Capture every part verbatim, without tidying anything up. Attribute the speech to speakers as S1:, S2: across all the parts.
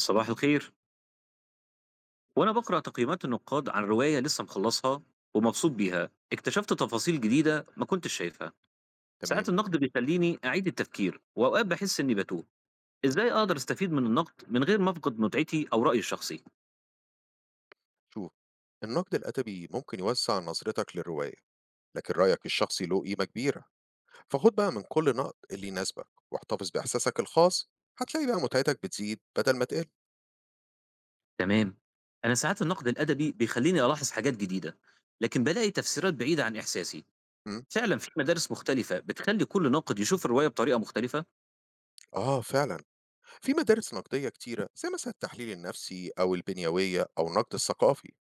S1: صباح الخير. وأنا بقرأ تقييمات النقاد عن رواية لسه مخلصها ومبسوط بيها، اكتشفت تفاصيل جديدة ما كنتش شايفها. ساعات
S2: تمام.
S1: النقد بيخليني أعيد التفكير وأوقات بحس إني بتوه. إزاي أقدر أستفيد من النقد من غير ما أفقد متعتي أو رأيي الشخصي؟
S2: شوف، النقد الأدبي ممكن يوسع نظرتك للرواية، لكن رأيك الشخصي له قيمة كبيرة. فخد بقى من كل نقد اللي يناسبك واحتفظ بإحساسك الخاص. هتلاقي بقى متعتك بتزيد بدل ما تقل.
S1: تمام. أنا ساعات النقد الأدبي بيخليني ألاحظ حاجات جديدة، لكن بلاقي تفسيرات بعيدة عن إحساسي.
S2: مم.
S1: فعلا في مدارس مختلفة بتخلي كل ناقد يشوف الرواية بطريقة مختلفة.
S2: آه فعلا، في مدارس نقدية كتيرة زي مثلا التحليل النفسي أو البنيوية أو النقد الثقافي.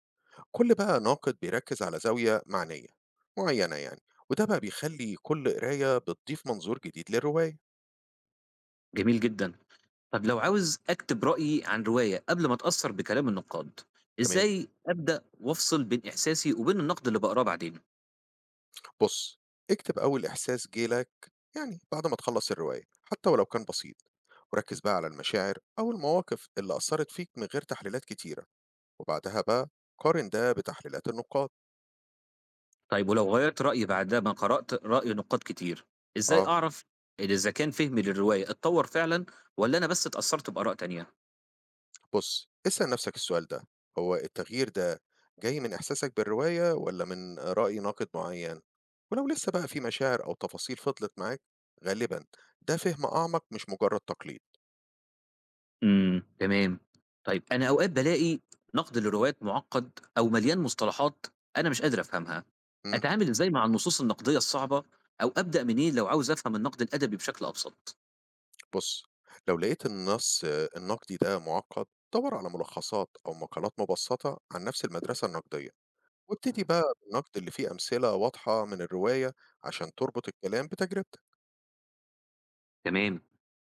S2: كل بقى ناقد بيركز على زاوية معنية معينة يعني. وده بقى بيخلي كل قراية بتضيف منظور جديد للرواية.
S1: جميل جدا. طب لو عاوز أكتب رأيي عن رواية قبل ما أتأثر بكلام النقاد،
S2: تمام.
S1: إزاي أبدأ وأفصل بين إحساسي وبين النقد اللي بقراه بعدين؟
S2: بُص، اكتب أول إحساس جِه لك يعني بعد ما تخلّص الرواية، حتى ولو كان بسيط، وركّز بقى على المشاعر أو المواقف اللي أثّرت فيك من غير تحليلات كتيرة، وبعدها بقى قارن ده بتحليلات النقاد.
S1: طيب ولو غيرت رأيي بعد ما قرأت رأي نقاد كتير، إزاي
S2: آه،
S1: أعرف إذا كان فهمي للرواية اتطور فعلا ولا أنا بس اتأثرت بآراء تانية؟
S2: بُص، اسأل نفسك السؤال ده، هو التغيير ده جاي من إحساسك بالرواية والّا من رأي ناقد معيّن؟ ولو لسه بقى في مشاعر أو تفاصيل فضلت معاك، غالبًا ده فهم أعمق مش مجرد تقليد.
S1: امم تمام. طيب أنا أوقات بلاقي نقد لروايات معقد أو مليان مصطلحات أنا مش قادر أفهمها.
S2: إمم.
S1: أتعامل إزاي مع النصوص النقدية الصعبة أو أبدأ منين لو عاوز أفهم النقد الأدبي بشكل أبسط؟
S2: بُص، لو لقيت النص النقدي ده مُعقّد، دَوّر على ملخصات أو مقالات مبسّطة عن نفس المدرسة النقدية، وابتدي بقى بالنقد اللي فيه أمثلة واضحة من الرواية عشان تربط الكلام بتجربتك.
S1: تمام.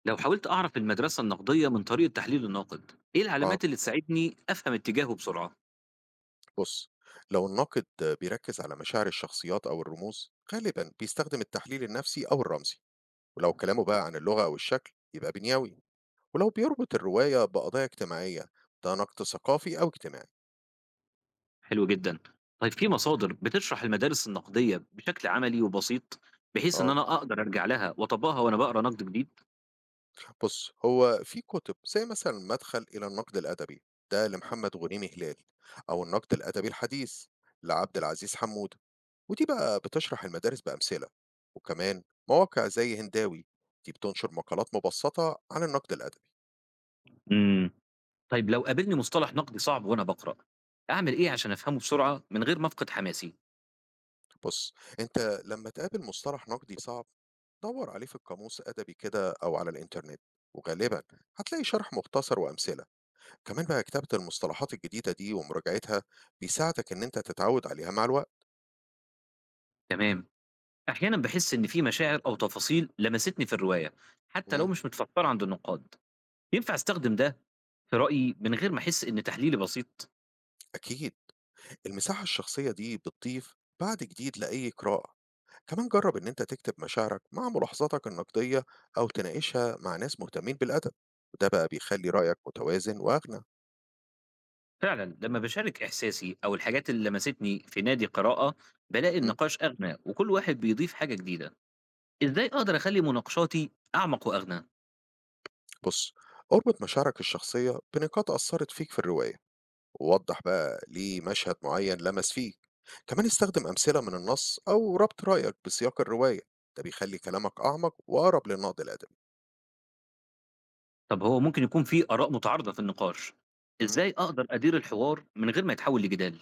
S1: لو حاولت أعرف المدرسة النقدية من طريقة تحليل الناقد، إيه
S2: آه،
S1: العلامات اللي تساعدني أفهم اتجاهه بسرعة؟
S2: بُص، لو الناقد بيركّز على مشاعر الشخصيات أو الرموز، غالبًا بيستخدم التحليل النفسي أو الرمزي، ولو كلامه بقى عن اللغة أو الشكل، يبقى بنيوي، ولو بيربط الرواية بقضايا اجتماعية، ده نقد ثقافي أو اجتماعي.
S1: حلو جدا. طيب في مصادر بتشرح المدارس النقدية بشكل عملي وبسيط بحيث إن
S2: آه.
S1: أنا أقدر أرجع لها وأطبقها وأنا بقرأ نقد جديد؟
S2: بص، هو في كتب زي مثلا مدخل إلى النقد الأدبي، ده لمحمد غنيمي هلال، أو النقد الأدبي الحديث لعبد العزيز حمودة، ودي بقى بتشرح المدارس بأمثلة. وكمان مواقع زي هنداوي، دي بتنشر مقالات مبسطة عن النقد الأدبي.
S1: امم طيب لو قابلني مصطلح نقدي صعب وأنا بقرأ، أعمل إيه عشان أفهمه بسرعة من غير ما أفقد حماسي؟
S2: بص، أنت لما تقابل مصطلح نقدي صعب دور عليه في القاموس أدبي كده أو على الإنترنت، وغالبا هتلاقي شرح مختصر وأمثلة. كمان بقى كتابة المصطلحات الجديدة دي ومراجعتها بيساعدك إن أنت تتعود عليها مع الوقت.
S1: تمام. أحيانا بحس إن في مشاعر أو تفاصيل لمستني في الرواية، حتى لو
S2: إمم.
S1: مش متفكرة عند النقاد. ينفع أستخدم ده في رأيي من غير ما أحس إن تحليلي بسيط؟
S2: أكيد، المساحة الشخصية دي بتضيف بعد جديد لأي قراءة. كمان جرب إن أنت تكتب مشاعرك مع ملاحظاتك النقدية أو تناقشها مع ناس مهتمين بالأدب، وده بقى بيخلي رأيك متوازن وأغنى.
S1: فعلًا لمّا باشارك إحساسي أو الحاجات اللي لمستني في نادي قراءة، بالاقي
S2: مم.
S1: النقاش أغنى وكل واحد بيضيف حاجة جديدة. إزاي أقدر أخلي مناقشاتي أعمق وأغنى؟
S2: بص، اربط مشاعرك الشخصية بنقاط أثرت فيك في الرواية، ووضح بقى ليه مشهد معين لمس فيك. كمان استخدم أمثلة من النص أو ربط رأيك بسياق الرواية، ده بيخلي كلامك أعمق وأقرب للنقد الأدبي.
S1: طب هو ممكن يكون في آراء متعارضة في النقاش،
S2: مم.
S1: إزاي أقدر أدير الحوار من غير ما يتحول لجدال؟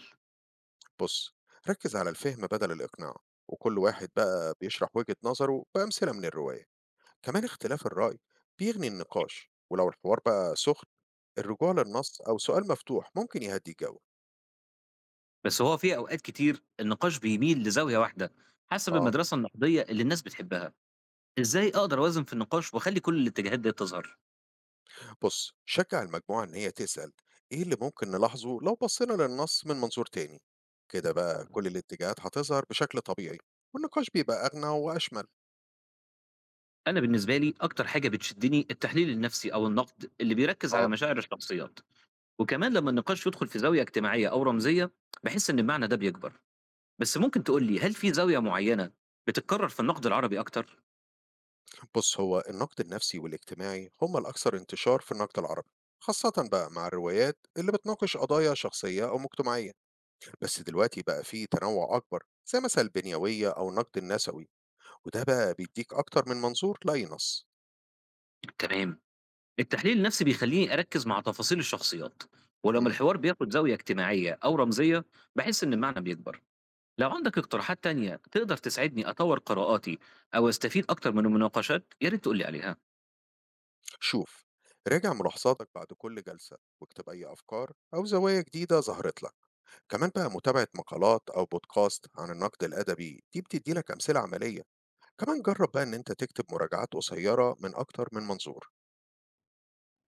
S2: بص، ركز على الفهم بدل الإقناع، وكل واحد بقى بيشرح وجهة نظره بأمثلة من الرواية. كمان اختلاف الرأي بيغني النقاش، ولو الحوار بقى سخن الرجوع للنص أو سؤال مفتوح ممكن يهدي الجو.
S1: بس هو في أوقات كتير النقاش بيميل لزاوية واحدة حسب
S2: اه.
S1: المدرسة النقدية اللي الناس بتحبها. إزاي أقدر أوازن في النقاش وأخلي كل الاتجاهات دي تظهر؟
S2: بص، شجع المجموعة إن هي تسأل إيه اللي ممكن نلاحظه لو بصينا للنص من منظور تاني. كده بقى كل الاتجاهات هتظهر بشكل طبيعي والنقاش بيبقى أغنى وأشمل.
S1: أنا بالنسبة لي أكتر حاجة بتشدني التحليل النفسي أو النقد اللي بيركز على
S2: اه.
S1: مشاعر الشخصيات، وكمان لما النقاش يدخل في زاوية اجتماعية أو رمزية بحس إن المعنى ده بيكبر، بس ممكن تقول لي هل في زاوية معينة بتتكرر في النقد العربي أكتر؟
S2: بص، هو النقد النفسي والاجتماعي هما الأكثر انتشار في النقد العربي، خاصة بقى مع الروايات اللي بتناقش قضايا شخصية أو مجتمعية. بس دلوقتي بقى فيه تنوع أكبر، زي مثلا البنيوية أو النقد النسوي، وده بقى بيديك أكتر من منظور لأي نص.
S1: تمام، التحليل النفسي بيخليني أركز مع تفاصيل الشخصيات، ولما
S2: مم.
S1: الحوار بياخد زاوية اجتماعية أو رمزية بحس إن المعنى بيكبر. لو عندك اقتراحات تانية تقدر تساعدني أطور قراءاتي أو أستفيد أكتر من المناقشات، يا ريت تقول لي عليها.
S2: شوف، راجع ملاحظاتك بعد كل جلسة واكتب أي أفكار أو زوايا جديدة ظهرت لك. كمان بقى متابعة مقالات أو بودكاست عن النقد الأدبي دي بتدي لك أمثلة عملية. كمان جرب بقى إن أنت تكتب مراجعات قصيرة من أكتر من منظور.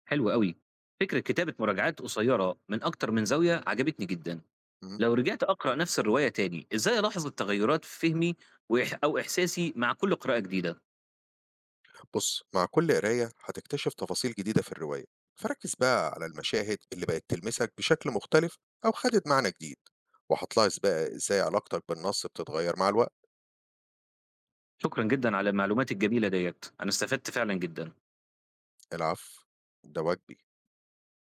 S1: حلو أوي. فكرة كتابة مراجعات قصيرة من أكتر من زاوية عجبتني جدًا.
S2: مم.
S1: لو رجعت أقرأ نفس الرواية تاني، إزاي ألاحظ التغيرات في فهمي وإح أو إحساسي مع كل قراءة جديدة؟
S2: بص، مع كل قراية هتكتشف تفاصيل جديدة في الرواية، فركز بقى على المشاهد اللي بقت تلمسك بشكل مختلف أو خدت معنى جديد. وهتلاحظ بقى إزاي علاقتك بالنص بتتغير مع الوقت.
S1: شكرًا جدًا على المعلومات الجميلة ديّة، أنا استفدت فعلًا جدًا.
S2: العفو، ده واجبي.